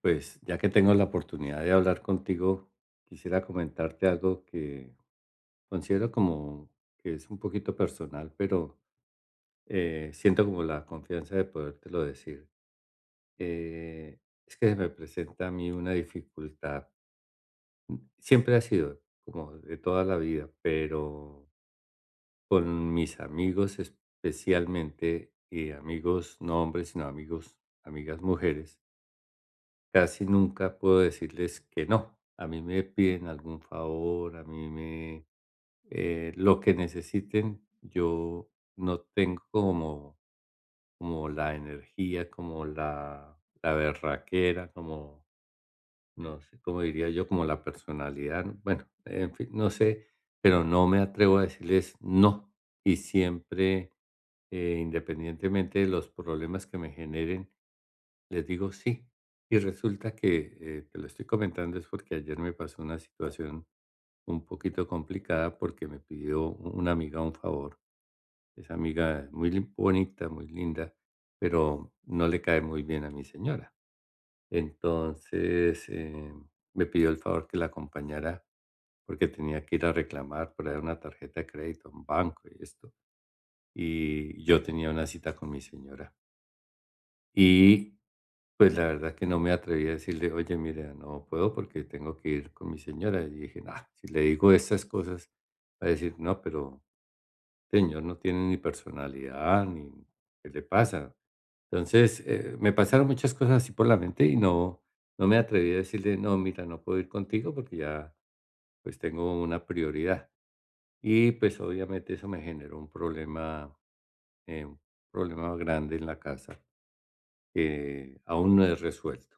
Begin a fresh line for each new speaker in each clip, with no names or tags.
Pues ya que tengo la oportunidad de hablar contigo, quisiera comentarte algo que considero como que es un poquito personal, pero siento como la confianza de podértelo decir. Eh, es que se me presenta a mí una dificultad, siempre ha sido como de toda la vida, pero con mis amigos especialmente, y amigos no hombres, sino amigos, amigas mujeres. Casi nunca puedo decirles que no. A mí me piden algún favor, a mí me lo que necesiten, yo no tengo como, como la energía, como la berraquera, como, no sé, como diría yo, como la personalidad. Bueno, en fin, no sé, pero no me atrevo a decirles no. Y siempre, independientemente de los problemas que me generen, les digo sí. Y resulta que, te lo estoy comentando es porque ayer me pasó una situación un poquito complicada porque me pidió una amiga un favor. Esa amiga muy bonita, muy linda, pero no le cae muy bien a mi señora. Entonces, me pidió el favor que la acompañara porque tenía que ir a reclamar por ahí una tarjeta de crédito, un banco y esto. Y yo tenía una cita con mi señora. Y pues, la verdad que no me atreví a decirle: "Oye, mira, no puedo porque tengo que ir con mi señora". Y dije: "Ah, si le digo esas cosas, va a decir: 'No, pero este señor no tiene ni personalidad, ni ¿qué le pasa?'". Entonces, me pasaron muchas cosas así por la mente y no me atreví a decirle: "No, mira, no puedo ir contigo porque ya, pues, tengo una prioridad". Y, pues, obviamente eso me generó un problema grande en la casa que aún no es resuelto.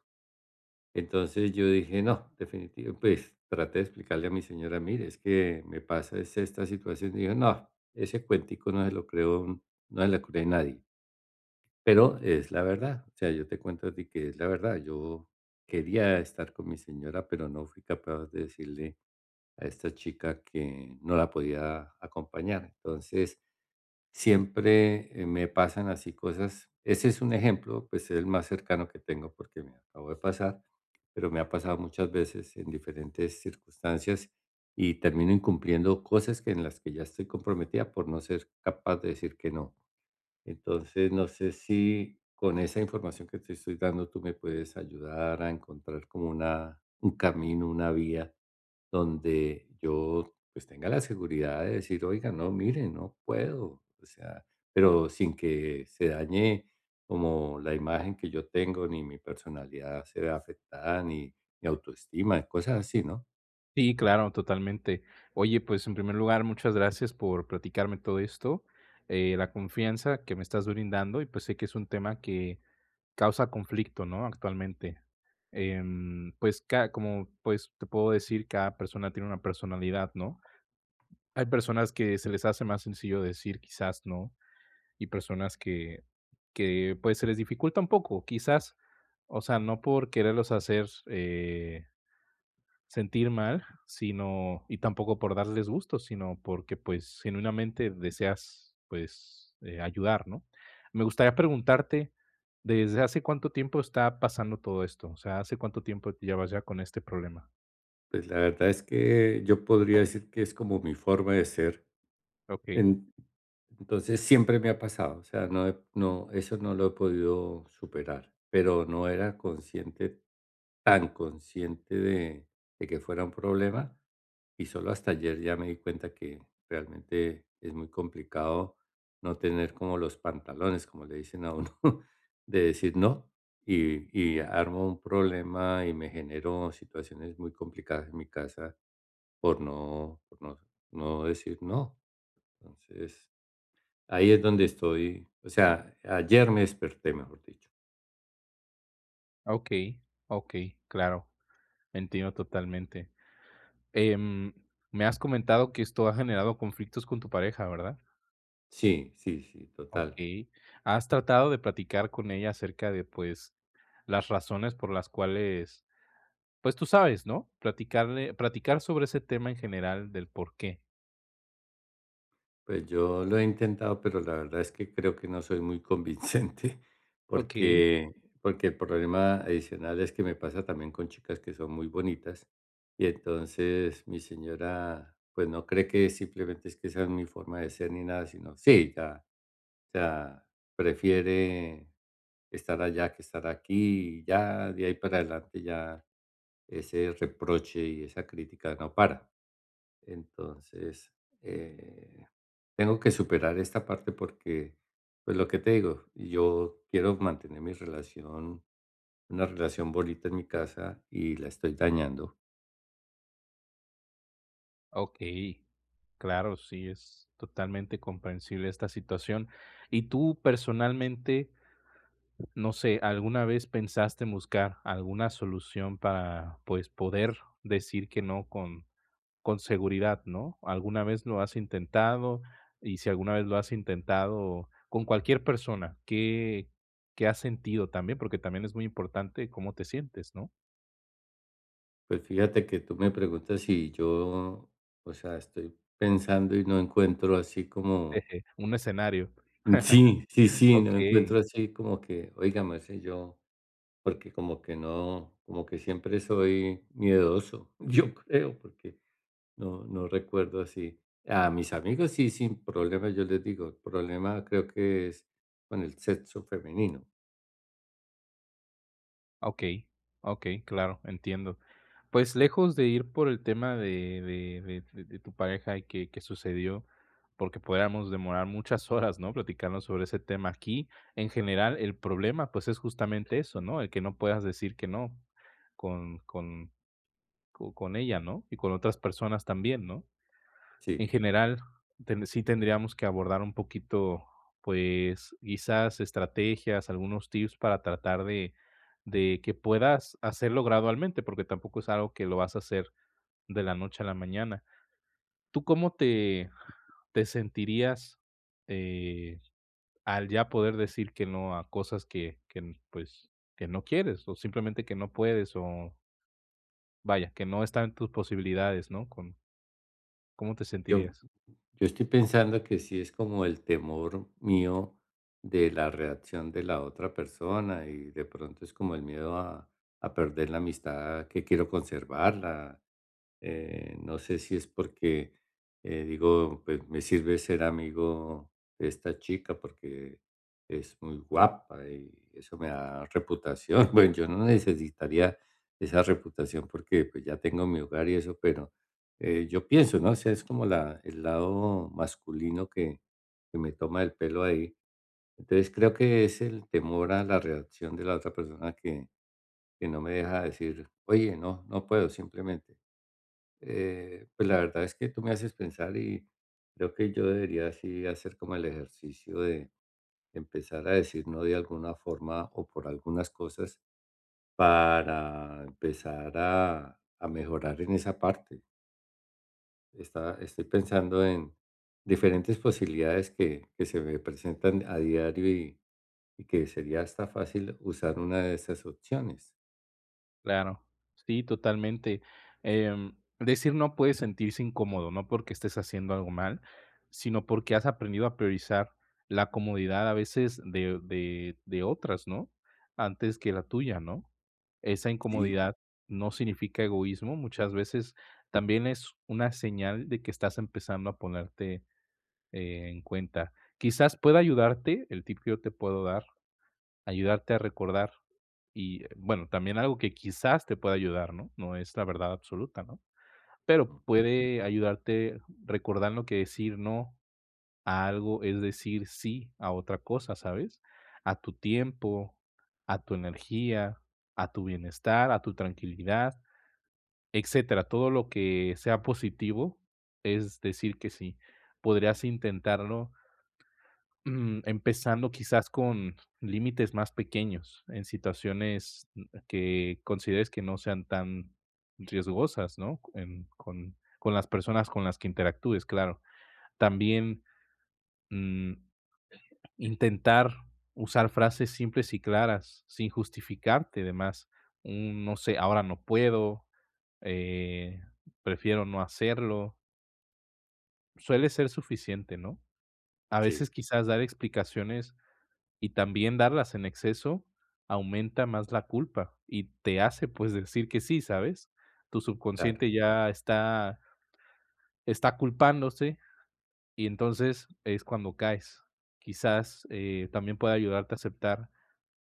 Entonces yo dije: "No, definitivo", pues, traté de explicarle a mi señora: "Mire, es que me pasa es esta situación", y dijo: "No, ese cuentico no se lo creo, no se lo cree nadie". Pero es la verdad, o sea, yo te cuento a ti que es la verdad. Yo quería estar con mi señora, pero no fui capaz de decirle a esta chica que no la podía acompañar. Entonces, siempre me pasan así cosas. Ese es un ejemplo, pues es el más cercano que tengo porque me acabo de pasar, pero me ha pasado muchas veces en diferentes circunstancias y termino incumpliendo cosas que en las que ya estoy comprometida por no ser capaz de decir que no. Entonces, no sé si con esa información que te estoy dando tú me puedes ayudar a encontrar como una, un camino, una vía donde yo pues tenga la seguridad de decir, oiga, no, mire, no puedo, o sea, pero sin que se dañe como la imagen que yo tengo, ni mi personalidad se vea afectada, ni mi autoestima, cosas así, ¿no?
Sí, claro, totalmente. Oye, pues en primer lugar, muchas gracias por platicarme todo esto, la confianza que me estás brindando y pues sé que es un tema que causa conflicto, ¿no? Actualmente. Como pues te puedo decir, cada persona tiene una personalidad, ¿no? Hay personas que se les hace más sencillo decir quizás no y personas que pues se les dificulta un poco, quizás, o sea, no por quererlos hacer, sentir mal, sino, y tampoco por darles gusto, sino porque pues genuinamente deseas pues ayudar, ¿no? Me gustaría preguntarte, ¿desde hace cuánto tiempo está pasando todo esto? O sea, ¿hace cuánto tiempo te llevas ya con este problema?
Pues la verdad es que yo podría decir que es como mi forma de ser.
Ok,
En Entonces siempre me ha pasado, o sea, no, eso no lo he podido superar, pero no era consciente, tan consciente de que fuera un problema, y solo hasta ayer ya me di cuenta que realmente es muy complicado no tener como los pantalones, como le dicen a uno, de decir no, y armo un problema y me genero situaciones muy complicadas en mi casa por no no decir no. Entonces, ahí es donde estoy, o sea, ayer me desperté, mejor dicho.
ok, ok, claro, entiendo totalmente. Em, Me has comentado que esto ha generado conflictos con tu pareja, ¿verdad?
Sí, sí, sí,
Ok.
total.
¿Has tratado de platicar con ella acerca de pues las razones por las cuales? Pues tú sabes, ¿no? Platicar sobre ese tema en general del porqué.
Pues yo lo he intentado, pero la verdad es que creo que no soy muy convincente,
Okey,
porque, porque el problema adicional es que me pasa también con chicas que son muy bonitas, y entonces mi señora, pues no cree que simplemente es que esa es mi forma de ser ni nada, sino, sí, ya, o sea, prefiere estar allá que estar aquí, y ya, de ahí para adelante ya ese reproche y esa crítica no para. Entonces, eh, tengo que superar esta parte porque, pues lo que te digo, yo quiero mantener mi relación, una relación bonita en mi casa y la estoy dañando.
okey. Claro, sí, es totalmente comprensible esta situación. Y tú personalmente, no sé, ¿alguna vez pensaste en buscar alguna solución para, pues, poder decir que no con seguridad, ¿no? ¿Alguna vez lo has intentado? Y si alguna vez lo has intentado con cualquier persona, ¿qué has sentido también? Porque también es muy importante cómo te sientes, ¿no?
Pues fíjate que tú me preguntas si yo, o sea, estoy pensando y no encuentro así como,
Eje, un escenario.
sí, sí, sí, no
Okey,
encuentro así como que, oiga, Marce, yo porque como que no, como que siempre soy miedoso, yo creo, porque no recuerdo así. A mis amigos sí, sin problema, yo les digo, el problema creo que es con el sexo femenino.
okey, okey, claro, entiendo. Pues, lejos de ir por el tema de tu pareja y que sucedió, porque podríamos demorar muchas horas, ¿no?, platicando sobre ese tema. Aquí, en general, el problema, pues, es justamente eso, ¿no?, el que no puedas decir que no con con con ella, ¿no?, y con otras personas también, ¿no? En
Sí,
general, sí tendríamos que abordar un poquito, pues, quizás estrategias, algunos tips para tratar de que puedas hacerlo gradualmente, porque tampoco es algo que lo vas a hacer de la noche a la mañana. ¿Tú cómo te sentirías eh, al ya poder decir que no a cosas pues, que no quieres o simplemente que no puedes o vaya, que no están en tus posibilidades, ¿no? ¿Cómo te
yo,
sentirías?
yo estoy pensando que sí es como el temor mío de la reacción de la otra persona y de pronto es como el miedo a perder la amistad que quiero conservarla. No sé si es porque, digo, pues me sirve ser amigo de esta chica porque es muy guapa y eso me da reputación. Bueno, yo no necesitaría esa reputación porque pues ya tengo mi hogar y eso, pero yo pienso, ¿no? O sea, es como la, el lado masculino que me toma el pelo ahí. Entonces creo que es el temor a la reacción de la otra persona que no me deja decir, oye, no, no puedo simplemente. Pues la verdad es que tú me haces pensar y creo que yo debería así hacer como el ejercicio de empezar a decir no de alguna forma o por algunas cosas para empezar a mejorar en esa parte. Estoy pensando en diferentes posibilidades que se me presentan a diario y que sería hasta fácil usar una de esas opciones.
Claro, sí, totalmente. Em, Decir no puede sentirse incómodo, no porque estés haciendo algo mal, sino porque has aprendido a priorizar la comodidad a veces de otras, ¿no? Antes que la tuya, ¿no? Esa
Sí,
incomodidad no significa egoísmo, muchas veces también es una señal de que estás empezando a ponerte, en cuenta. Quizás pueda ayudarte el tip que yo te puedo dar. Ayudarte a recordar y, bueno, también algo que quizás te pueda ayudar, ¿no? No es la verdad absoluta, ¿no? Pero
mm,
puede ayudarte recordando que decir no a algo es decir sí a otra cosa, ¿sabes? A tu tiempo, a tu energía, a tu bienestar, a tu tranquilidad, etcétera. Todo lo que sea positivo es decir que sí. Podrías intentarlo, empezando quizás con límites más pequeños, en situaciones que consideres que no sean tan riesgosas, ¿no? Con las personas con las que interactúes, claro. También, mm, intentar usar frases simples y claras, sin justificarte, además. Un, no sé, ahora no puedo, eh, prefiero no hacerlo. Suele ser suficiente, ¿no? A veces
sí,
quizás dar explicaciones y también darlas en exceso aumenta más la culpa y te hace, pues, decir que sí, ¿sabes? Tu
claro,
subconsciente ya está culpándose y entonces es cuando caes. Quizás, también puede ayudarte a aceptar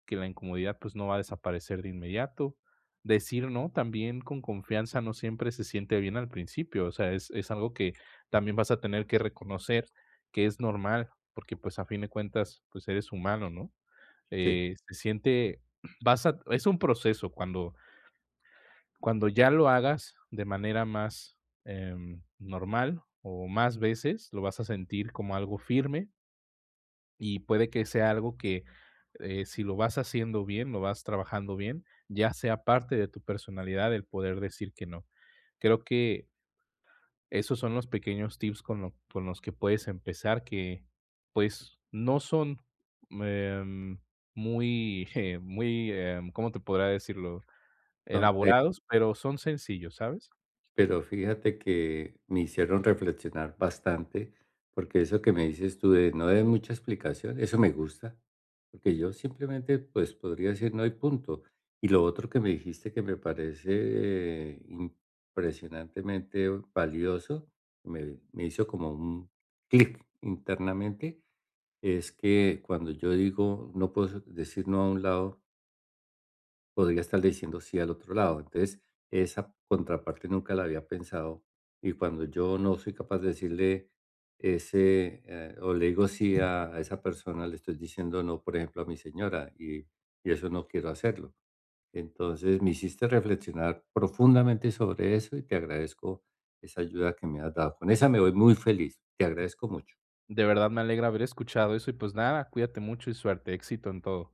que la incomodidad, pues, no va a desaparecer de inmediato. Decir no también con confianza no siempre se siente bien al principio, o sea, es algo que también vas a tener que reconocer que es normal, porque, pues, a fin de cuentas, pues, eres humano, ¿no?
sí.
Se siente vas a Es un proceso cuando ya lo hagas de manera más, normal o más veces, lo vas a sentir como algo firme y puede que sea algo que, si lo vas haciendo bien, lo vas trabajando bien, ya sea parte de tu personalidad el poder decir que no. Creo que esos son los pequeños tips con los que puedes empezar que, pues, no son em, muy, muy, ¿cómo te podrá decirlo?
No,
Elaborados, pero son sencillos, ¿sabes?
pero fíjate que me hicieron reflexionar bastante, porque eso que me dices tú de no de mucha explicación, eso me gusta, porque yo simplemente pues podría decir no hay punto. Y lo otro que me dijiste que me parece impresionantemente valioso, me hizo como un clic internamente, es que cuando yo digo no puedo decir no a un lado, podría estarle diciendo sí al otro lado. Entonces, esa contraparte nunca la había pensado y cuando yo no soy capaz de decirle ese, o le digo sí a esa persona, le estoy diciendo no, por ejemplo, a mi señora y eso no quiero hacerlo. Entonces, me hiciste reflexionar profundamente sobre eso y te agradezco esa ayuda que me has dado. Con esa me voy muy feliz. Te agradezco mucho.
De verdad me alegra haber escuchado eso y pues nada, cuídate mucho y suerte, éxito en todo.